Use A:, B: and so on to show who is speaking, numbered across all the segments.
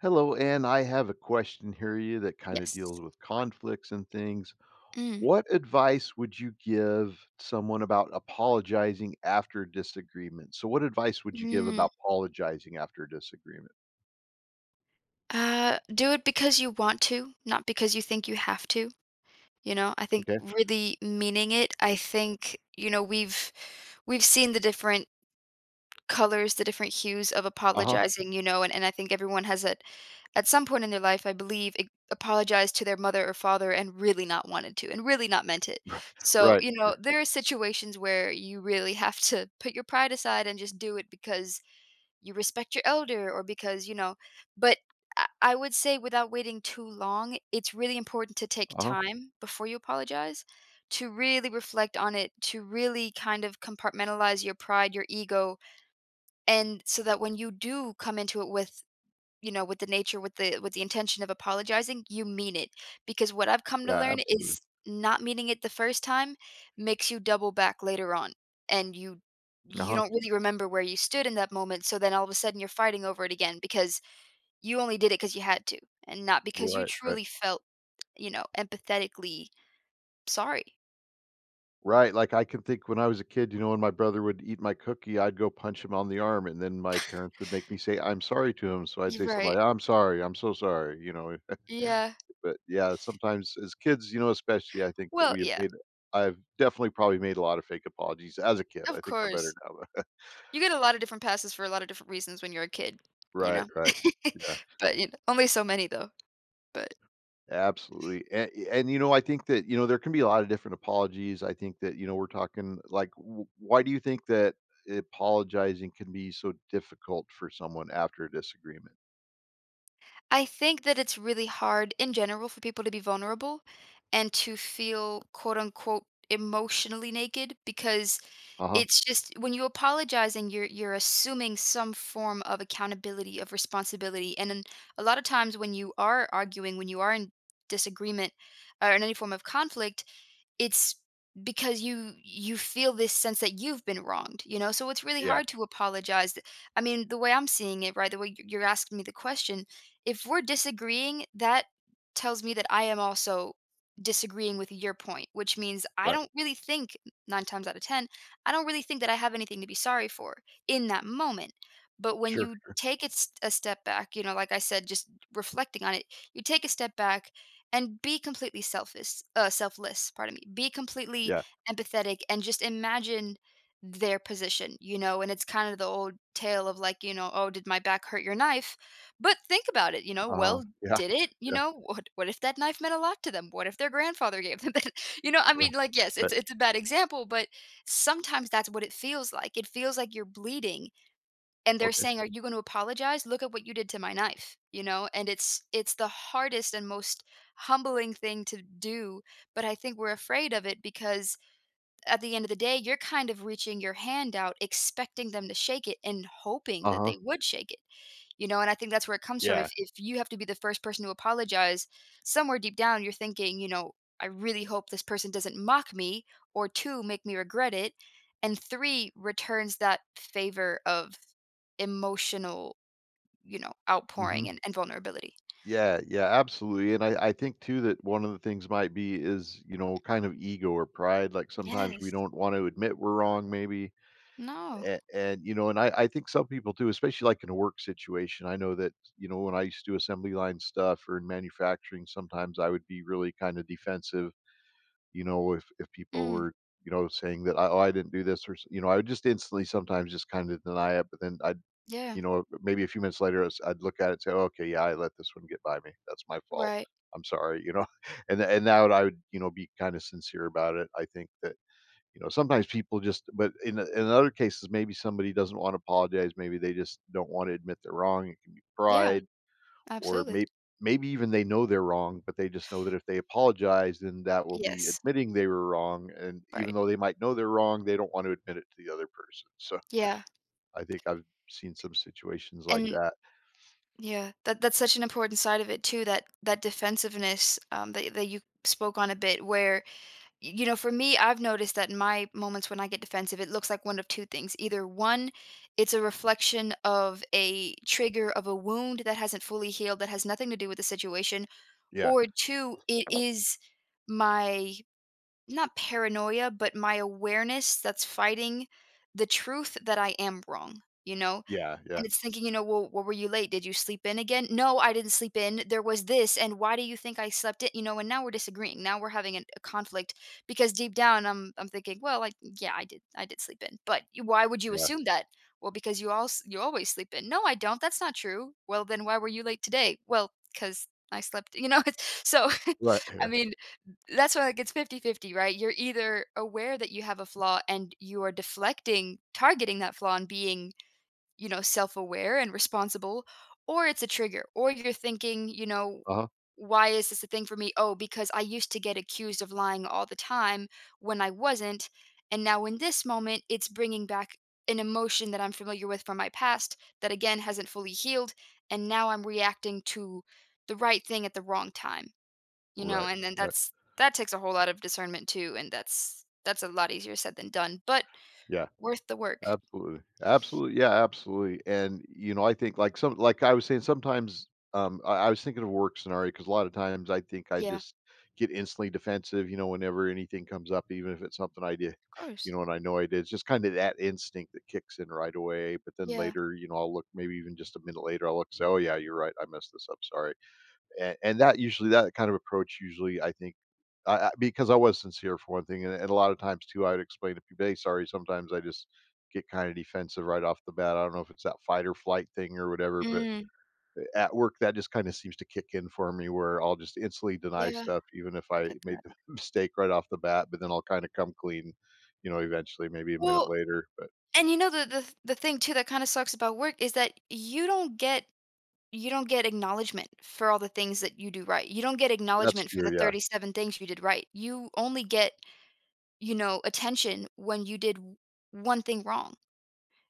A: Hello, and I have a question here you that kind of
B: Yes.
A: deals with conflicts and things.
B: Mm,
A: What advice would you give someone about apologizing after a disagreement? So, what advice would you give
B: mm.
A: about apologizing after a disagreement?
B: Do it because you want to, not because you think you have to, you know? I think
A: Okay.
B: really meaning it. I think, you know, we've seen the different colors, the different hues of
A: Uh huh.
B: apologizing, you know, and I think everyone has at some point in their life, I believe, apologized to their mother or father and really not wanted to and really not meant it. So,
A: Right.
B: you know, there are situations where you really have to put your pride aside and just do it because you respect your elder or because you know, but I would say without waiting too long, it's really important to take
A: Uh huh.
B: time before you apologize, to really reflect on it, to really kind of compartmentalize your pride, your ego, and so that when you do come into it with, you know, with the nature, with the intention of apologizing, you mean it, because what I've come to
A: Yeah.
B: learn
A: Absolutely.
B: is not meaning it the first time makes you double back later on, and you
A: Uh
B: you
A: huh.
B: don't really remember where you stood in that moment, so then all of a sudden you're fighting over it again because you only did it because you had to, and not because you
A: Right. Right.
B: truly felt, you know, empathetically sorry.
A: Right, like, I can think when I was a kid, you know, when my brother would eat my cookie, I'd go punch him on the arm, and then my parents would make me say, "I'm sorry" to him, so I'd
B: Y
A: say something
B: right.
A: like, "I'm sorry, I'm so sorry," you know?
B: Yeah.
A: But, yeah, sometimes as kids, you know, especially, I think that
B: Well,
A: we have
B: yeah,
A: made I've definitely probably made a lot of fake apologies as a kid,
B: of
A: I think I'm better
B: course.
A: now.
B: You get a lot of different passes for a lot of different reasons when you're a kid, you
A: Right,
B: know?
A: right, yeah.
B: But, you know, only so many, though. But
A: Absolutely. And you know, I think that, you know, there can be a lot of different apologies. I think that, you know, we're talking like, why do you think that apologizing can be so difficult for someone after a disagreement?
B: I think that it's really hard in general for people to be vulnerable and to feel quote unquote emotionally naked because
A: Uh huh.
B: it's just when you apologize, and you're assuming some form of accountability, of responsibility, and then a lot of times when you are arguing, when you are in disagreement, or in any form of conflict, it's because you feel this sense that you've been wronged, you know? So it's really
A: Yeah.
B: hard to apologize. I mean, the way I'm seeing it, right? The way you're asking me the question, if we're disagreeing, that tells me that I am also disagreeing with your point, which means I
A: Right.
B: don't really think, 9 times out of 10, I don't really think that I have anything to be sorry for in that moment. But when
A: Sure.
B: you take it a step back, you know, like I said, just reflecting on it, you take a step back and be completely selfish, uh, selfless, pardon me, be completely
A: Yeah.
B: empathetic and just imagine their position, you know. And it's kind of the old tale of, like, you know, "Oh, did my back hurt your knife?" But think about it, you know.
A: Uh huh.
B: Well,
A: Yeah.
B: did it? You
A: Yeah.
B: know, what if that knife meant a lot to them? What if their grandfather gave them that? You know, I mean,
A: Right.
B: like, yes,
A: Right.
B: it's a bad example, but sometimes that's what it feels like. It feels like you're bleeding, and they're
A: Okay.
B: saying, "Are you gonna apologize? Look at what you did to my knife," you know. And it's the hardest and most humbling thing to do, but I think we're afraid of it because at the end of the day, you're kind of reaching your hand out, expecting them to shake it and hoping
A: Uh
B: that
A: huh.
B: they would shake it. You know, and I think that's where it comes from.
A: Yeah.
B: If you have to be the first person to apologize, somewhere deep down you're thinking, you know, "I really hope this person doesn't mock me," or 2, "Make me regret it," and 3, returns that favor of emotional, you know,
A: Hmm.
B: outpouring and vulnerability.
A: Yeah. Yeah. Absolutely. And I think too that one of the things might be is, you know, kind of ego or pride. Like sometimes we
B: Yes.
A: don't want to admit we're wrong, maybe,
B: No.
A: and you know, and I think some people do, especially like in a work situation. I know that you know when I used to do assembly line stuff or in manufacturing, sometimes I would be really kind of defensive. You know, if people
B: Mm.
A: were you know saying that I, oh, I didn't do this or you know, I would just instantly sometimes just kind of deny it. But then I'd
B: Yeah.
A: you know maybe a few minutes later I'd look at it and say, oh, okay, yeah, I let this one get by me. That's my fault.
B: Right.
A: I'm sorry. You know, and now I would you know be kind of sincere about it. I think that you know, sometimes people just but in other cases, maybe somebody doesn't wanna apologize, maybe they just don't wanna admit they're wrong, it can be
B: Yeah.
A: pride, or
B: Absolutely.
A: maybe even they know they're wrong, but they just know that if they apologize, then that will be
B: Yes.
A: admitting they were wrong, and
B: Right.
A: even though they might know they're wrong, they don't want to admit it to the other person, so
B: Yeah.
A: I think I've seen some situations like
B: And
A: that.
B: Yeah, that that's such an important side of it too, that that defensiveness, that that you spoke on a bit where, you know, for me, I've noticed that in my moments when I get defensive, it looks like one of 2 things. Either 1, it's a reflection of a trigger of a wound that hasn't fully healed, that has nothing to do with the situation,
A: Yeah.
B: or 2, it is my not paranoia, but my awareness that's fighting the truth that I am wrong, you know?
A: Yeah, yeah,
B: And it's thinking, you know, "Well, what were you late? Did you sleep in again?" "No, I didn't sleep in. There was this, and why do you think I slept in?" You know, and now we're disagreeing. Now we're having an a conflict because deep down, I'm thinking, "Well, like, yeah, I did sleep in." "But y why would you
A: yeah.
B: assume that?" "Well, because you always sleep in." "No, I don't. That's not true." "Well, then why were you late today?" "Well, because I slept," you know, it's so,
A: Right,
B: I
A: yeah.
B: mean, that's why, like, it's 50-50, right? You're either aware that you have a flaw and you are deflecting, targeting that flaw and being, you know, self aware and responsible, or it's a trigger, or you're thinking, you know,
A: Uh-huh.
B: why is this a thing for me? Oh, because I used to get accused of lying all the time when I wasn't. And now in this moment, it's bringing back an emotion that I'm familiar with from my past that again hasn't fully healed. And now I'm reacting to the right thing at the wrong time, you know,
A: Right,
B: and then
A: right.
B: that's that takes a whole lot of discernment too. And that's a lot easier said than done, but
A: Yeah.
B: worth the work.
A: Absolutely. Absolutely. Yeah, absolutely. And you know, I think like some like I was saying, sometimes I was thinking of a work scenario because a lot of times I think I
B: Yeah.
A: just get instantly defensive, you know, whenever anything comes up, even if it's something I did,
B: Of
A: you
B: course.
A: know, and I know I did. It's just kind of that instinct that kicks in right away. But then
B: Yeah.
A: later, you know, I'll look maybe even just a minute later, I'll look and say, oh yeah, you're right, I messed this up, sorry, and that usually that kind of approach usually I think because I was sincere for one thing, and a lot of times too, I would explain to people, "Hey, sorry." Sometimes I just get kind of defensive right off the bat. I don't know if it's that fight or flight thing or whatever, but
B: Mm.
A: at work that just kind of seems to kick in for me, where I'll just instantly deny
B: Yeah,
A: stuff,
B: I
A: even if I
B: get
A: made
B: that.
A: the mistake right off the bat. But then I'll kind of come clean, you know, eventually, maybe a minute
B: Well,
A: later. But
B: and you know, the the thing too that kinda sucks about work is that you don't get, you don't get acknowledgement for all the things that you do right. You don't get
A: that's
B: acknowledgement for
A: true.
B: the
A: Yeah.
B: 37 things you did right. You only get, you know, attention when you did w one thing wrong.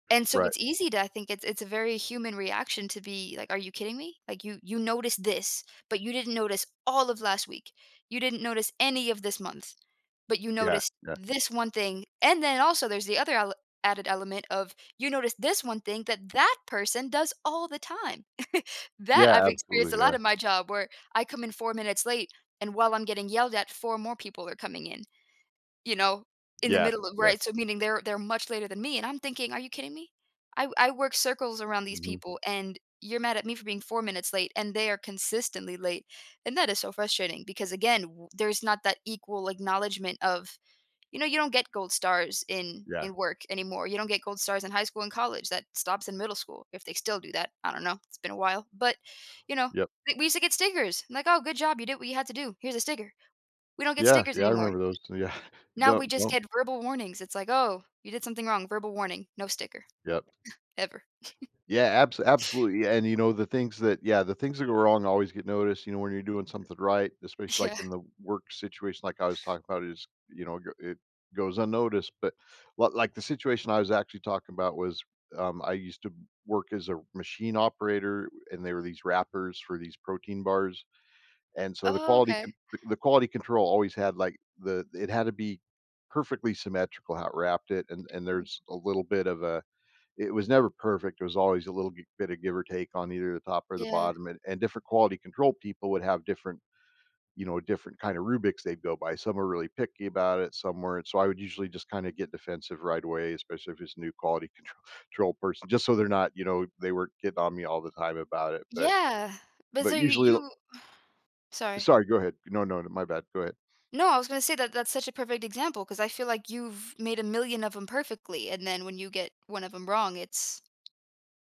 B: And so
A: Right.
B: it's easy to, I think it's a very human reaction to be like, "Are you kidding me?" Like, You noticed this, but you didn't notice all of last week. You didn't notice any of this month, but you
A: Yeah.
B: noticed
A: Yeah.
B: this one thing." And then also there's the other ele added element of you notice this one thing that that person does all the time. That
A: Yeah.
B: I've
A: Absolutely.
B: experienced a lot
A: Yeah.
B: in my job where I come in 4 minutes late, and while I'm getting yelled at, 4 more people are coming in. You know, in the
A: Yeah.
B: middle of,
A: Yeah.
B: right, so meaning they're much later than me, and I'm thinking, "Are you kidding me? I work circles around these
A: Hmm.
B: people, and you're mad at me for being 4 minutes late, and they are consistently late." And that is so frustrating because, again, w there's not that equal acknowledgement of, you know, you don't get gold stars in
A: Yeah.
B: work anymore. You don't get gold stars in high school and college. That stops in middle school, if they still do that. I don't know, it's been a while, but, you know,
A: Yep.
B: we used to get stickers, like, "Oh, good job, you did what you had to do. Here's a sticker." We don't get
A: Yeah,
B: stickers
A: yeah, I
B: anymore.
A: remember those yeah.
B: Now
A: Don't
B: we just
A: don't
B: get verbal warnings. It's like, "Oh, you did something wrong, verbal warning, no sticker,
A: Yep.
B: ever."
A: Yeah, absolutely, yeah, and you know, the things that yeah, the things that go wrong always get noticed, you know, when you're doing something right, especially, like,
B: Yeah.
A: in the work situation like I was talking about is, you know, go it goes unnoticed, but li like, the situation I was actually talking about was, I used to work as a machine operator, and they were these wrappers for these protein bars. And so
B: Oh, okay.
A: the quality control always had, like, the it had to be perfectly symmetrical how it wrapped it, and
B: Mm,
A: there's a little bit of a it was never perfect, it was always a little g bit of give or take on either the top or the
B: yeah.
A: bottom, and different quality control people would have different you know, different kind of rubrics they'd go by. Some are really picky about it, some weren't, so I would usually just kinda get defensive right away, especially if it's a new quality control control person, just so they're not you know, they weren't getting on me all the time about it,
B: Yeah, but
A: but
B: so you
A: usually
B: you sorry.
A: Sorry, go ahead. No, no, no, my bad, go ahead.
B: No, I was gonna say that that's such a perfect example because I feel like you've made a million of them perfectly, and then when you get 1 of them wrong,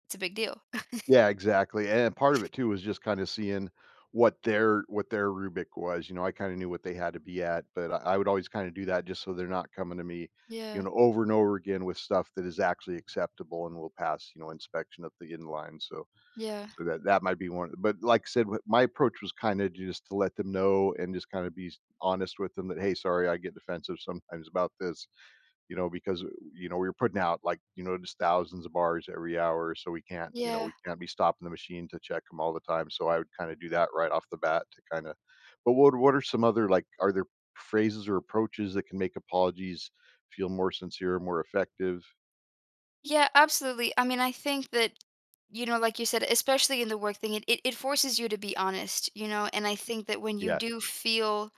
B: it's a big deal.
A: Yeah, exactly, and part of it too was just kinda seeing what their Rubik was, you know, I kinda knew what they had to be at, but I would always kinda do that just so they're not coming to me, you
B: Yeah,
A: know, over and over again with stuff that is actually acceptable and will pass, you know, inspection at the inline, so
B: yeah,
A: so that that might be one but like I said, w my approach was kinda just to let them know and just kinda be honest with them that, "Hey, sorry, I get defensive sometimes about this." You know, because, you know, we were putting out like, you know, just thousands of bars every hour. So we can't, you know,
B: yeah.
A: we can't be stopping the machine to check them all the time. So I would kind of do that right off the bat to kind of, but what are some other, like, are there phrases or approaches that can make apologies feel more sincere, more effective?
B: Yeah, absolutely. I mean, I think that, you know, like you said, especially in the work thing, it forces you to be honest, you know. And I think that when you
A: Yeah.
B: do feel,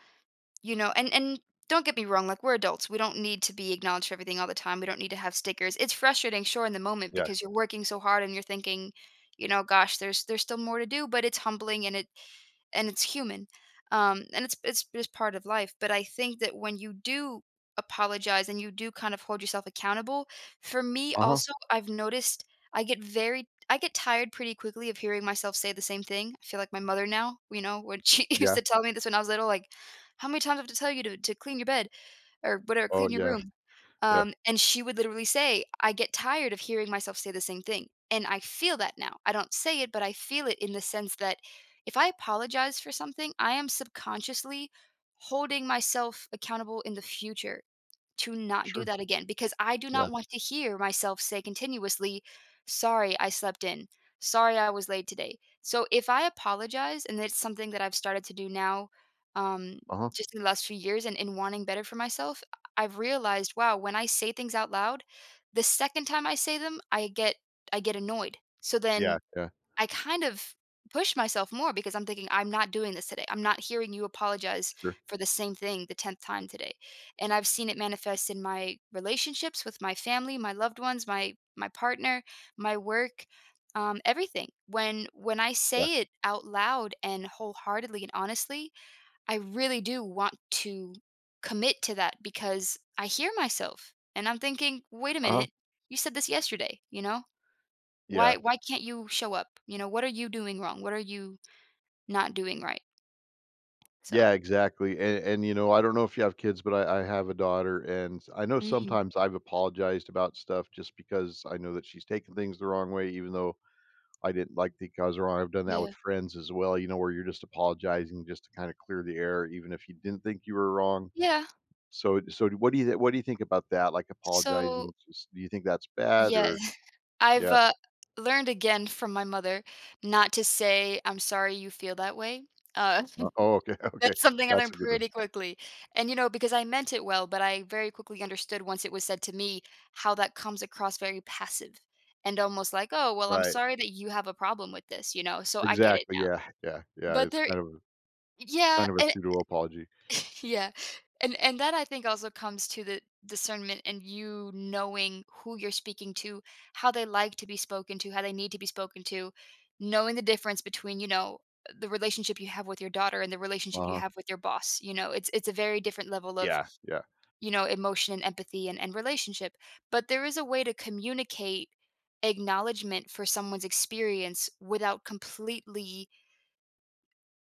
B: you know, and don't get me wrong, like, we're adults, we don't need to be acknowledged for everything all the time, we don't need to have stickers. It's frustrating, sure, in the moment
A: Yeah.
B: because you're working so hard and you're thinking, you know, "Gosh, there's still more to do," but it's humbling and it and it's human. And it's just part of life. But I think that when you do apologize and you do kind of hold yourself accountable, for me
A: Uh huh.
B: also, I've noticed I get very, I get tired pretty quickly of hearing myself say the same thing. I feel like my mother now, you know, when she used
A: Yeah.
B: to tell me this when I was little, like, how many times I have to tell you to clean your bed? Or whatever,
A: Oh,
B: "Clean your
A: yeah.
B: room."
A: Yeah.
B: And she would literally say, "I get tired of hearing myself say the same thing." And I feel that now. I don't say it, but I feel it in the sense that if I apologize for something, I am subconsciously holding myself accountable in the future to not do
A: Sure.
B: that again because I do
A: Yeah.
B: not want to hear myself say continuously, sorry, I slept in. Sorry, I was late today. So if I apologize, and it's something that I've started to do now, um,
A: Uh huh.
B: just in the last few years and in wanting better for myself, I've realized, wow, when I say things out loud, the second time I say them, I get annoyed. So
A: Yeah.
B: then
A: Yeah.
B: I kind of push myself more because I'm thinking, I'm not doing this today. I'm not hearing you apologize
A: Sure.
B: for the same thing the 10th time today. And I've seen it manifest in my relationships with my family, my loved ones, my partner, my work, everything. When I
A: Yeah.
B: say it out loud and wholeheartedly and honestly, I really do want to commit to that because I hear myself and I'm thinking, wait a
A: Uh huh.
B: minute, you said this yesterday, you know? Why
A: Yeah.
B: why can't you show up? You know, what are you doing wrong? What are you not doing right? So
A: Yeah, exactly, and, you know, I don't know if you have kids, but I have a daughter, and I know
B: mhm,
A: sometimes I've apologized about stuff just because I know that she's taken things the wrong way, even though I didn't like think I was wrong. I've done that
B: yeah.
A: with friends as well, you know, where you're just apologizing just to kinda clear the air, even if you didn't think you were wrong.
B: Yeah.
A: So so what do you what do you think about that? Like, apologizing,
B: So,
A: just do you think that's bad
B: yeah,
A: or
B: I've,
A: Yeah.
B: uh, learned again from my mother not to say, "I'm sorry you feel that way." Uh,
A: Oh, okay, okay.
B: that's something I
A: That's
B: learned
A: a good one.
B: pretty quickly. And, you know, because I meant it well, but I very quickly understood once it was said to me how that comes across very passive and almost like, "Oh, well, I'm
A: Right.
B: sorry that you have a problem with this," you know? So I get it
A: Exactly,
B: now.
A: yeah, yeah, yeah,
B: But
A: it's
B: there yeah,
A: kind of a
B: and
A: pseudo apology.
B: yeah, and that I think also comes to the discernment and you knowing who you're speaking to, how they like to be spoken to, how they need to be spoken to, knowing the difference between, you know, the relationship you have with your daughter and the relationship you
A: Uh-huh.
B: have with your boss. You know, it's a very different level of,
A: Yeah, yeah.
B: you know, emotion and empathy and relationship. But there is a way to communicate acknowledgement for someone's experience without completely,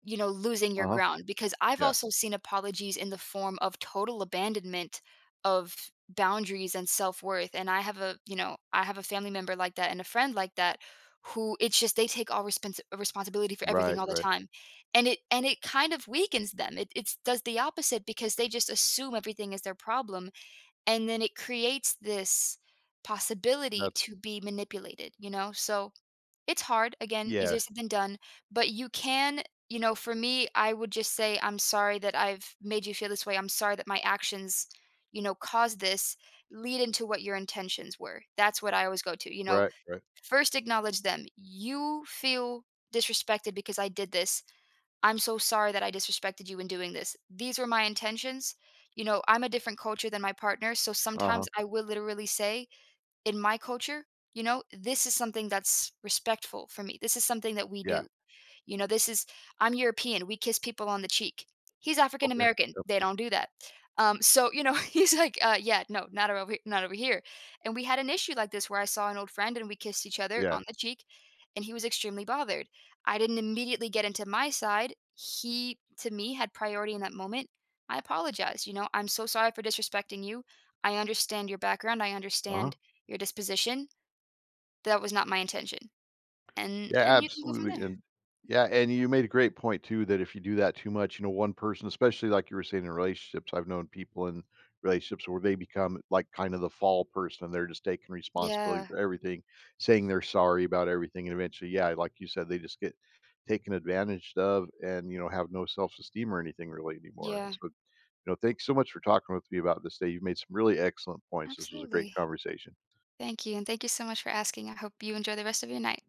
B: you know, losing your
A: Uh-huh.
B: ground, because I've
A: Yeah.
B: also seen apologies in the form of total abandonment of boundaries and self-worth, and I have a, you know, I have a family member like that and a friend like that, who it's just they take all responsibility for everything
A: Right,
B: all the
A: right.
B: time, and it kind of weakens them. It does the opposite because they just assume everything is their problem, and then it creates this possibility
A: That's
B: to be manipulated, you know? So it's hard, again,
A: yeah.
B: easier said than done, but you can, you know, for me, I would just say, "I'm sorry that I've made you feel this way. I'm sorry that my actions, you know, caused this." Lead into what your intentions were. That's what I always go to, you know,
A: Right, right.
B: first acknowledge them. "You feel disrespected because I did this. I'm so sorry that I disrespected you in doing this. These were my intentions." You know, I'm a different culture than my partner, so sometimes
A: Uh-huh.
B: I will literally say, in my culture, you know, this is something that's respectful for me. This is something that we
A: Yeah.
B: do. You know, this is I'm European, we kiss people on the cheek. He's African
A: Okay.
B: American,
A: Yep.
B: they don't do that. So, you know, he's like, "Yeah, no, not over not over here." And we had an issue like this where I saw an old friend and we kissed each other
A: Yeah.
B: on the cheek, and he was extremely bothered. I didn't immediately get into my side. He, to me, had priority in that moment. I apologize, you know, "I'm so sorry for disrespecting you. I understand your background, I
A: Uh-huh.
B: understand your disposition. That was not my intention." And
A: Yeah,
B: and you can go from
A: absolutely,
B: there.
A: and yeah, and you made a great point too that if you do that too much, you know, one person, especially like you were saying in relationships, I've known people in relationships where they become like kind of the fall person and they're just taking responsibility
B: Yeah,
A: for everything, saying they're sorry about everything, and eventually, yeah, like you said, they just get taken advantage of and, you know, have no self-esteem or anything really anymore, and
B: yeah.
A: so you know, thanks so much for talking with me about this day. You've made some really excellent points. This was a great
B: Absolutely.
A: conversation.
B: Thank you. And thank you so much for asking. I hope you enjoy the rest of your night.